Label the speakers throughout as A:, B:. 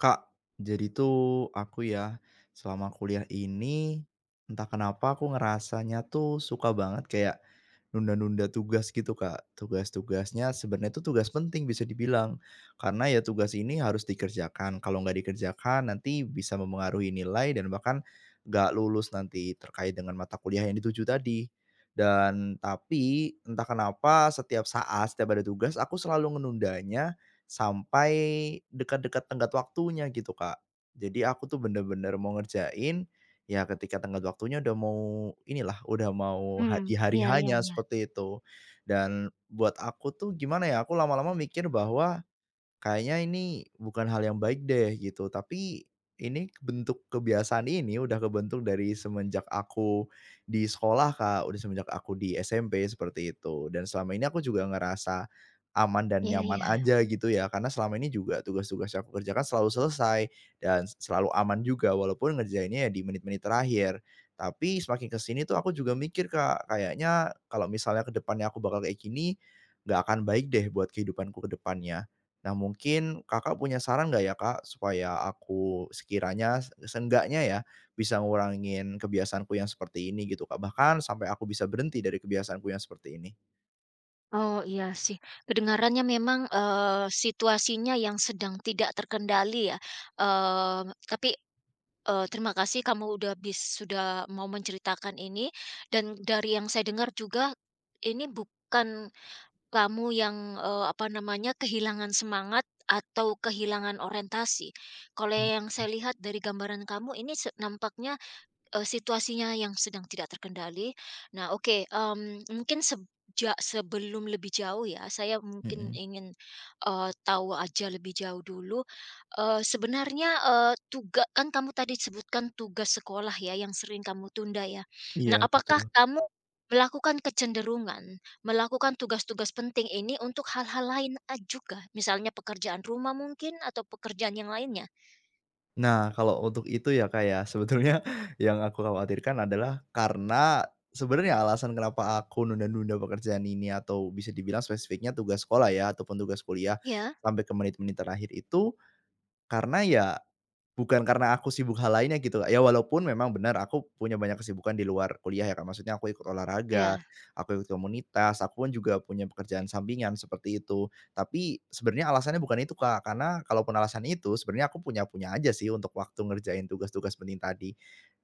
A: Kak, jadi tuh aku ya selama kuliah ini entah kenapa aku ngerasanya tuh suka banget kayak nunda-nunda tugas gitu, Kak. Tugas-tugasnya sebenarnya itu tugas penting bisa dibilang. Karena ya tugas ini harus dikerjakan. Kalau nggak dikerjakan nanti bisa memengaruhi nilai dan bahkan nggak lulus nanti terkait dengan mata kuliah yang dituju tadi. Dan tapi entah kenapa setiap saat, setiap ada tugas aku selalu menundanya sampai dekat-dekat tenggat waktunya gitu, Kak. Jadi aku tuh bener-bener mau ngerjain, ya ketika tenggat waktunya udah mau inilah, udah mau
B: Mmm,
A: di hari
B: iya, iya.
A: hanya seperti itu. Dan buat aku tuh gimana ya, aku lama-lama mikir bahwa kayaknya ini bukan hal yang baik deh gitu, tapi ini bentuk kebiasaan ini udah kebentuk dari semenjak aku di sekolah, Kak, udah semenjak aku di SMP seperti itu. Dan selama ini aku juga ngerasa aman dan
B: Iya,
A: nyaman
B: iya.
A: aja gitu ya, karena selama ini juga tugas-tugas yang aku kerjakan selalu selesai dan selalu aman juga walaupun ngerjainnya ya di menit-menit terakhir. Tapi semakin kesini tuh aku juga mikir, Kak, kayaknya kalau misalnya ke depannya aku bakal kayak gini, nggak akan baik deh buat kehidupanku ke depannya. Nah mungkin Kakak punya saran nggak ya Kak, supaya aku sekiranya seenggaknya ya, bisa ngurangin kebiasaanku yang seperti ini gitu Kak, bahkan sampai aku bisa berhenti dari kebiasaanku yang seperti ini?
B: Oh, iya sih. Kedengarannya memang, situasinya yang sedang tidak terkendali ya, eee, tapi, terima kasih kamu udah sudah mau menceritakan ini, dan dari yang saya dengar juga, ini bukan kamu yang, apa namanya, kehilangan semangat atau kehilangan orientasi. Kalau
A: Mmm,
B: yang saya lihat dari gambaran kamu ini nampaknya, situasinya yang sedang tidak terkendali. Nah, oke, mungkin sejak sebelum lebih jauh ya, saya mungkin
A: mhm.
B: ingin, tahu aja lebih jauh dulu. Sebenarnya, kan kamu tadi sebutkan tugas sekolah ya yang sering kamu tunda ya. Nah,
A: Iya,
B: apakah
A: betul.
B: kamu melakukan kecenderungan, melakukan tugas-tugas penting ini untuk hal-hal lain juga? Misalnya pekerjaan rumah mungkin, atau pekerjaan yang lainnya?
A: Nah kalau untuk itu ya Kak ya, sebetulnya yang aku khawatirkan adalah karena sebenarnya alasan kenapa aku nunda-nunda pekerjaan ini atau bisa dibilang spesifiknya tugas sekolah ya, ataupun tugas kuliah,
B: Ya.
A: sampai ke menit-menit terakhir itu karena ya, bukan karena aku sibuk hal lainnya gitu, Kak. Ya walaupun memang benar aku punya banyak kesibukan di luar kuliah ya Kak, maksudnya aku ikut olahraga,
B: Ya.
A: aku ikut komunitas, aku pun juga punya pekerjaan sampingan seperti itu. Tapi sebenarnya alasannya bukan itu Kak, karena kalaupun alasan itu sebenarnya aku punya-punya aja sih untuk waktu ngerjain tugas-tugas penting tadi.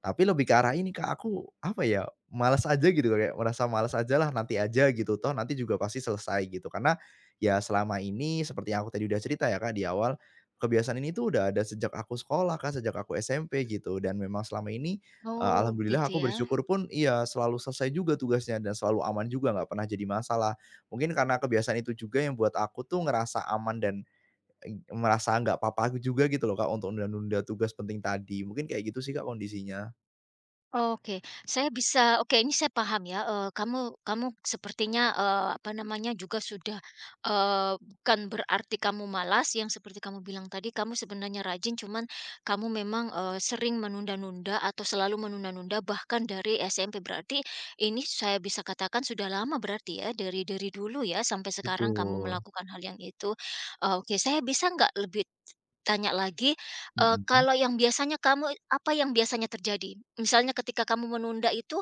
A: Tapi lebih ke arah ini Kak, aku apa ya, malas aja gitu Kak. Kayak merasa malas aja lah nanti aja gitu, toh nanti juga pasti selesai gitu. Karena ya selama ini seperti yang aku tadi udah cerita ya Kak di awal, kebiasaan ini tuh udah ada sejak aku sekolah, Kak, sejak aku SMP gitu dan memang selama ini,
B: Oh,
A: alhamdulillah
B: gitu
A: aku
B: ya.
A: bersyukur pun iya selalu selesai juga tugasnya dan selalu aman juga nggak pernah jadi masalah. Mungkin karena kebiasaan itu juga yang buat aku tuh ngerasa aman dan, merasa nggak apa-apa juga gitu loh, Kak, untuk nunda-nunda tugas penting tadi. Mungkin kayak gitu sih, Kak, kondisinya.
B: Oke, saya bisa, oke, ini saya paham ya, kamu kamu sepertinya, apa namanya, juga sudah, bukan berarti kamu malas yang seperti kamu bilang tadi, kamu sebenarnya rajin, cuman kamu memang, sering menunda-nunda atau selalu menunda-nunda bahkan dari SMP. Berarti ini saya bisa katakan sudah lama berarti ya, dari dulu ya sampai sekarang kamu
A: Betul,
B: melakukan hal yang itu. Oke, saya bisa nggak lebih tanya lagi,
A: mhm.
B: kalau yang biasanya kamu, apa yang biasanya terjadi? Misalnya ketika kamu menunda itu,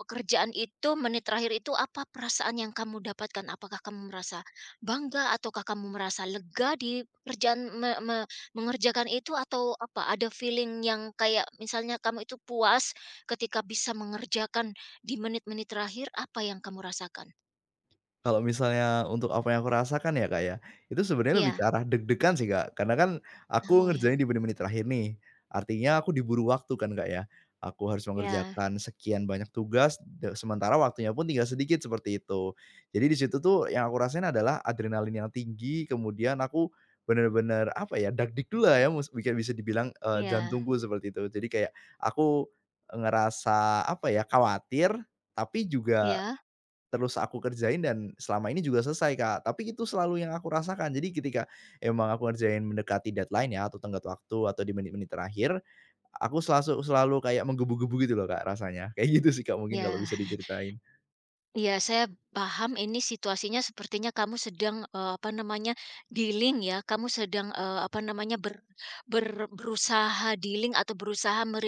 B: pekerjaan itu, menit terakhir itu, apa perasaan yang kamu dapatkan? Apakah kamu merasa bangga ataukah kamu merasa lega di pekerjaan me me mengerjakan itu, atau apa, ada feeling yang kayak misalnya kamu itu puas ketika bisa mengerjakan di menit-menit terakhir, apa yang kamu rasakan?
A: Kalau misalnya untuk apa yang aku rasakan ya, Kak, ya, itu sebenarnya lebih
B: Ya.
A: ke arah deg-degan sih, Kak. Karena kan
B: Oh,
A: aku
B: ya.
A: ngerjain di menit-menit terakhir nih, artinya aku diburu waktu kan, Kak, ya. Aku harus
B: Ya,
A: mengerjakan sekian banyak tugas, sementara waktunya pun tinggal sedikit, seperti itu. Jadi di situ tuh yang aku rasain adalah adrenalin yang tinggi, kemudian aku bener-bener apa ya, dagdikdul lah ya, mungkin bisa dibilang,
B: ya,
A: jantungku seperti itu. Jadi kayak aku ngerasa apa ya, khawatir, tapi juga
B: ya.
A: terus aku kerjain dan selama ini juga selesai, Kak. Tapi itu selalu yang aku rasakan. Jadi ketika emang aku ngerjain mendekati deadline ya atau tenggat waktu atau di menit-menit terakhir, aku selalu selalu kayak menggebu-gebu gitu loh, Kak, rasanya. Kayak gitu sih, Kak, mungkin kalau
B: Iya.
A: bisa diceritain.
B: Iya, saya paham ini situasinya sepertinya kamu sedang, apa namanya, dealing ya, kamu sedang, apa namanya, ber ber berusaha dealing atau berusaha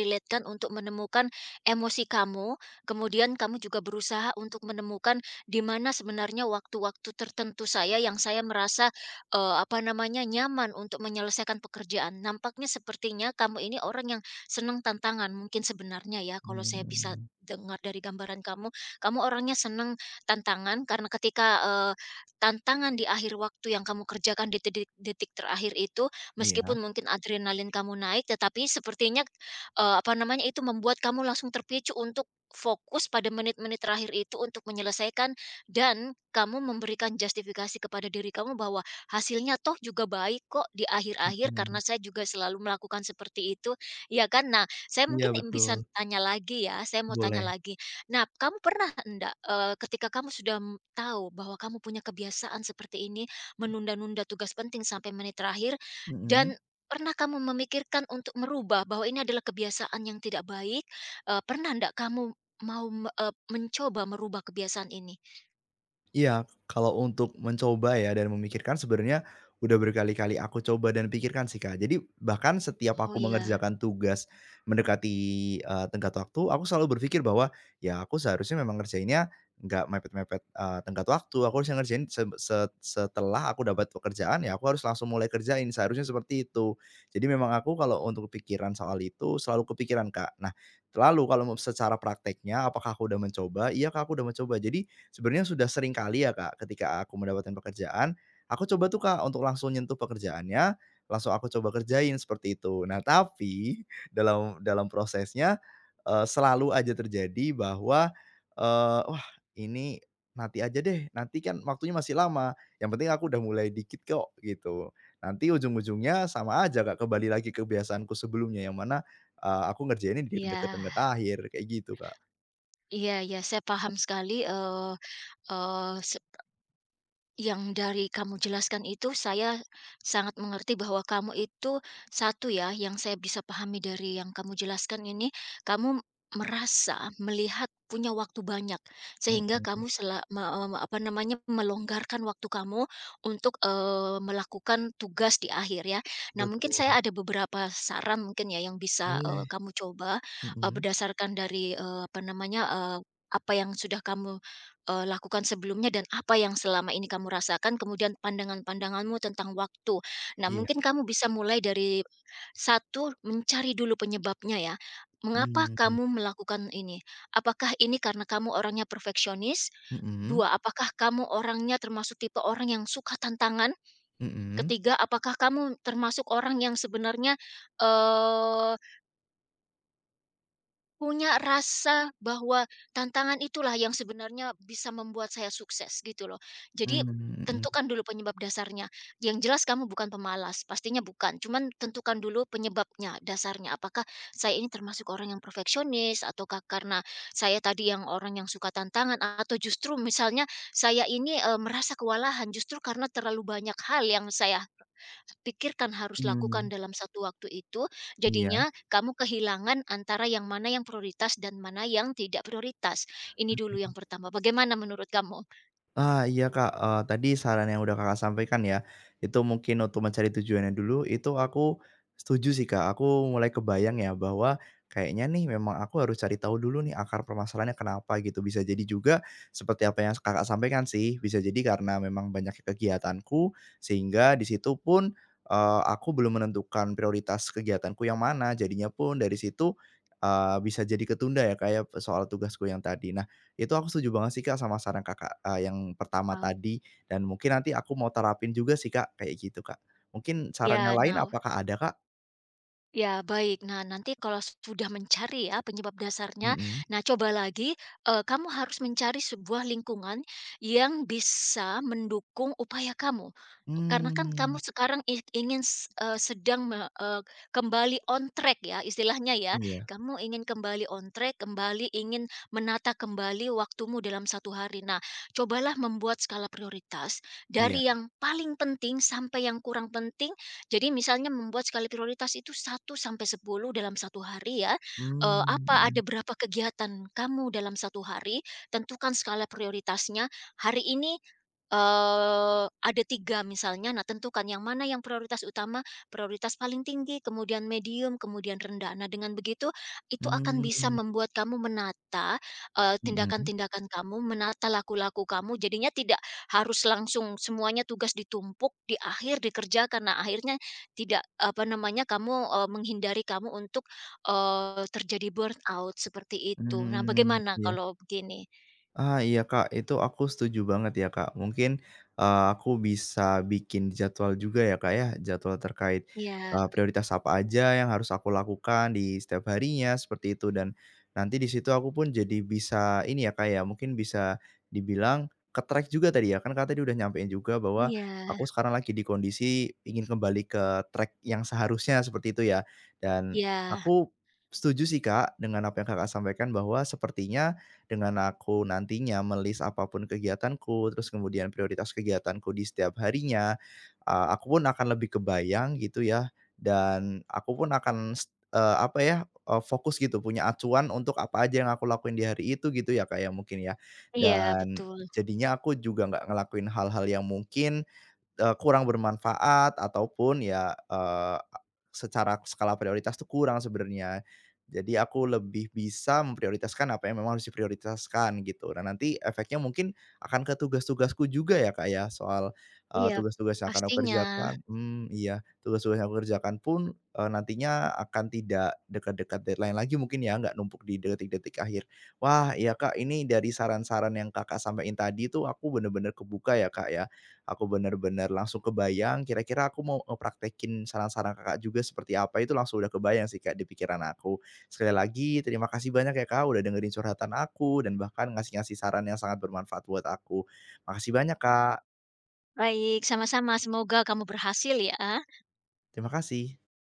B: untuk menemukan emosi kamu, kemudian kamu juga berusaha untuk menemukan di mana sebenarnya waktu-waktu tertentu, saya yang saya merasa, apa namanya, nyaman untuk menyelesaikan pekerjaan. Nampaknya sepertinya kamu ini orang yang senang tantangan, mungkin sebenarnya ya, kalau saya bisa
A: Mmm,
B: dengar dari gambaran kamu kamu orangnya senang tantangan karena ketika, tantangan di akhir waktu yang kamu kerjakan di detik detik terakhir itu,
A: iya,
B: meskipun mungkin adrenalin kamu naik, tetapi sepertinya, apa namanya, itu membuat kamu langsung terpicu untuk fokus pada menit-menit terakhir itu untuk menyelesaikan, dan kamu memberikan justifikasi kepada diri kamu bahwa, "Hasilnya toh juga baik kok di akhir-akhir karena
A: mhm.
B: saya juga selalu melakukan seperti itu." Ya, kan? Nah, saya
A: Iya,
B: mungkin bisa
A: betul,
B: tanya lagi ya, saya mau tanya
A: boleh.
B: lagi. Nah, kamu pernah enggak, ketika kamu sudah tahu bahwa kamu punya kebiasaan seperti ini, menunda-nunda tugas penting sampai menit terakhir, dan
A: Mhm.
B: pernah kamu memikirkan untuk merubah bahwa ini adalah kebiasaan yang tidak baik? Pernah enggak kamu mau mencoba merubah kebiasaan ini?
A: Iya, kalau untuk mencoba ya dan memikirkan sebenarnya udah berkali-kali aku coba dan pikirkan sih, Kak. Jadi bahkan setiap
B: Oh,
A: aku
B: ya.
A: mengerjakan tugas mendekati, tenggat waktu, aku selalu berpikir bahwa, ya aku seharusnya memang ngerjainnya nggak mepet-mepet, tenggat waktu. Aku harusnya ngerjain se se setelah aku dapat pekerjaan, ya aku harus langsung mulai kerjain, seharusnya seperti itu. Jadi memang aku kalau untuk pikiran soal itu selalu kepikiran, Kak. Nah, lalu kalau mau secara prakteknya apakah aku udah mencoba? Iya, Kak, aku udah mencoba. Jadi sebenarnya sudah sering kali ya, Kak, ketika aku mendapatkan pekerjaan, aku coba tuh, Kak, untuk langsung nyentuh pekerjaannya, langsung aku coba kerjain seperti itu. Nah, tapi dalam dalam prosesnya, selalu aja terjadi bahwa, "Wah, ini nanti aja deh, nanti kan waktunya masih lama, yang penting aku udah mulai dikit kok," gitu. Nanti ujung-ujungnya sama aja, Kak, kembali lagi ke kebiasaanku sebelumnya yang mana, aku ngerjainnya di deket-deket
B: Iya.
A: akhir, kayak gitu, Kak.
B: Iya, iya, saya paham sekali. Eee eee, Yang dari kamu jelaskan itu saya sangat mengerti bahwa kamu itu satu ya, yang saya bisa pahami dari yang kamu jelaskan ini, kamu merasa melihat punya waktu banyak sehingga kamu
A: Mhm,
B: sela me me apa namanya, melonggarkan waktu kamu untuk, melakukan tugas di akhir ya. Nah, mungkin saya
A: betul,
B: ada beberapa saran mungkin ya yang bisa,
A: boleh.
B: kamu coba,
A: Mhm,
B: berdasarkan dari, apa namanya, apa yang sudah kamu lakukan sebelumnya, dan apa yang selama ini kamu rasakan, kemudian pandangan-pandanganmu tentang waktu. Nah,
A: iya,
B: mungkin kamu bisa mulai dari satu, mencari dulu penyebabnya ya. Mengapa
A: mmm, mhm,
B: kamu melakukan ini? Apakah ini karena kamu orangnya perfeksionis?
A: mhm,
B: 2, apakah kamu orangnya termasuk tipe orang yang suka tantangan?
A: mmm,
B: Ketiga, apakah kamu termasuk orang yang sebenarnya, eh, punya rasa bahwa tantangan itulah yang sebenarnya bisa membuat saya sukses gitu loh. Jadi,
A: mhm,
B: tentukan dulu penyebab dasarnya. Yang jelas kamu bukan pemalas, pastinya bukan. Cuman tentukan dulu penyebabnya, dasarnya. Apakah saya ini termasuk orang yang perfeksionis, ataukah karena saya tadi yang orang yang suka tantangan, atau justru misalnya saya ini, merasa kewalahan justru karena terlalu banyak hal yang saya pikirkan harus lakukan
A: mmm,
B: dalam satu waktu itu,
A: iya.
B: jadinya kamu kehilangan antara yang mana yang prioritas dan mana yang tidak prioritas. Ini dulu yang pertama, bagaimana menurut kamu?
A: Ah, iya Kak, tadi saran yang udah Kakak sampaikan ya, itu mungkin untuk mencari tujuannya dulu, itu aku setuju sih Kak, aku mulai kebayang ya bahwa kayaknya nih memang aku harus cari tahu dulu nih akar permasalahannya kenapa gitu. Bisa jadi juga seperti apa yang Kakak sampaikan sih, bisa jadi karena memang banyak kegiatanku sehingga di situ pun, aku belum menentukan prioritas kegiatanku yang mana, jadinya pun dari situ, bisa jadi ketunda ya kayak soal tugasku yang tadi. Nah itu aku setuju banget sih, Kak, sama saran Kakak, yang pertama
B: Oke.
A: tadi dan mungkin nanti aku mau terapin juga sih, Kak, kayak gitu, Kak. Mungkin sarannya
B: Ya,
A: lain
B: nah.
A: apakah ada, Kak?
B: Ya, baik. Nah, nanti kalau sudah mencari ya penyebab dasarnya,
A: Mhm.
B: nah coba lagi, kamu harus mencari sebuah lingkungan yang bisa mendukung upaya kamu. Karena kan kamu
A: Mmm,
B: sekarang ing ingin s eee, sedang kembali on track ya istilahnya ya.
A: iya,
B: Kamu ingin kembali on track, kembali ingin menata kembali waktumu dalam satu hari. Nah, cobalah membuat skala prioritas
A: iya.
B: dari yang paling penting sampai yang kurang penting, jadi misalnya membuat skala prioritas itu satu sampai 10 dalam satu hari ya,
A: Mmm,
B: apa, ada
A: mhm.
B: berapa kegiatan kamu dalam satu hari, tentukan skala prioritasnya. Hari ini ada 3 misalnya, nah tentukan yang mana yang prioritas utama, prioritas paling tinggi, kemudian medium, kemudian rendah. Nah dengan begitu, itu akan bisa
A: Mmm,
B: membuat kamu menata,
A: mhm,
B: tindakan-tindakan kamu, menata laku-laku kamu, jadinya tidak harus langsung semuanya tugas ditumpuk di akhir dikerjakan. Nah akhirnya tidak, apa namanya, kamu, menghindari kamu untuk, terjadi burnout, seperti itu. Nah
A: mmm,
B: bagaimana
A: iya.
B: kalau begini?
A: Ah, iya Kak, itu aku setuju banget ya Kak. Mungkin, aku bisa bikin jadwal juga ya Kak ya, jadwal terkait,
B: Ya,
A: prioritas apa aja yang harus aku lakukan di setiap harinya, seperti itu. Dan nanti di situ aku pun jadi bisa ini ya Kak ya, mungkin bisa dibilang ke-track juga tadi ya, kan Kakak tadi udah nyampein juga bahwa
B: ya,
A: aku sekarang lagi di kondisi ingin kembali ke track yang seharusnya, seperti itu ya. Dan
B: ya.
A: aku setuju sih Kak dengan apa yang Kakak sampaikan bahwa sepertinya dengan aku nantinya melis apapun kegiatanku, terus kemudian prioritas kegiatanku di setiap harinya, aku pun akan lebih kebayang gitu ya, dan aku pun akan apa ya, fokus gitu, punya acuan untuk apa aja yang aku lakuin di hari itu gitu ya, kayak mungkin ya.
B: Iya
A: Dan
B: betul,
A: jadinya aku juga nggak ngelakuin hal-hal yang mungkin kurang bermanfaat ataupun ya, secara skala prioritas tuh kurang sebenarnya. Jadi aku lebih bisa memprioritaskan apa yang memang harus diprioritaskan gitu. Nah nanti efeknya mungkin akan ke tugas-tugasku juga ya, Kak, ya soal,
B: iya
A: tugas-tugas yang akan aku
B: pastinya.
A: kerjakan hmm iya, tugas-tugas yang aku kerjakan pun, nantinya akan tidak dekat-dekat deadline lagi mungkin ya, nggak numpuk di detik-detik akhir. Wah, iya, Kak, ini dari saran-saran yang Kakak sampaikan tadi tuh aku bener-bener kebuka ya, Kak, ya. Aku bener-bener langsung kebayang kira-kira aku mau ngepraktekin saran-saran Kakak juga seperti apa itu langsung udah kebayang sih Kak di pikiran aku. Sekali lagi terima kasih banyak ya Kak udah dengerin curhatan aku dan bahkan ngasih-ngasih saran yang sangat bermanfaat buat aku. Makasih banyak Kak.
B: Baik, sama-sama, semoga kamu berhasil ya.
A: Terima kasih.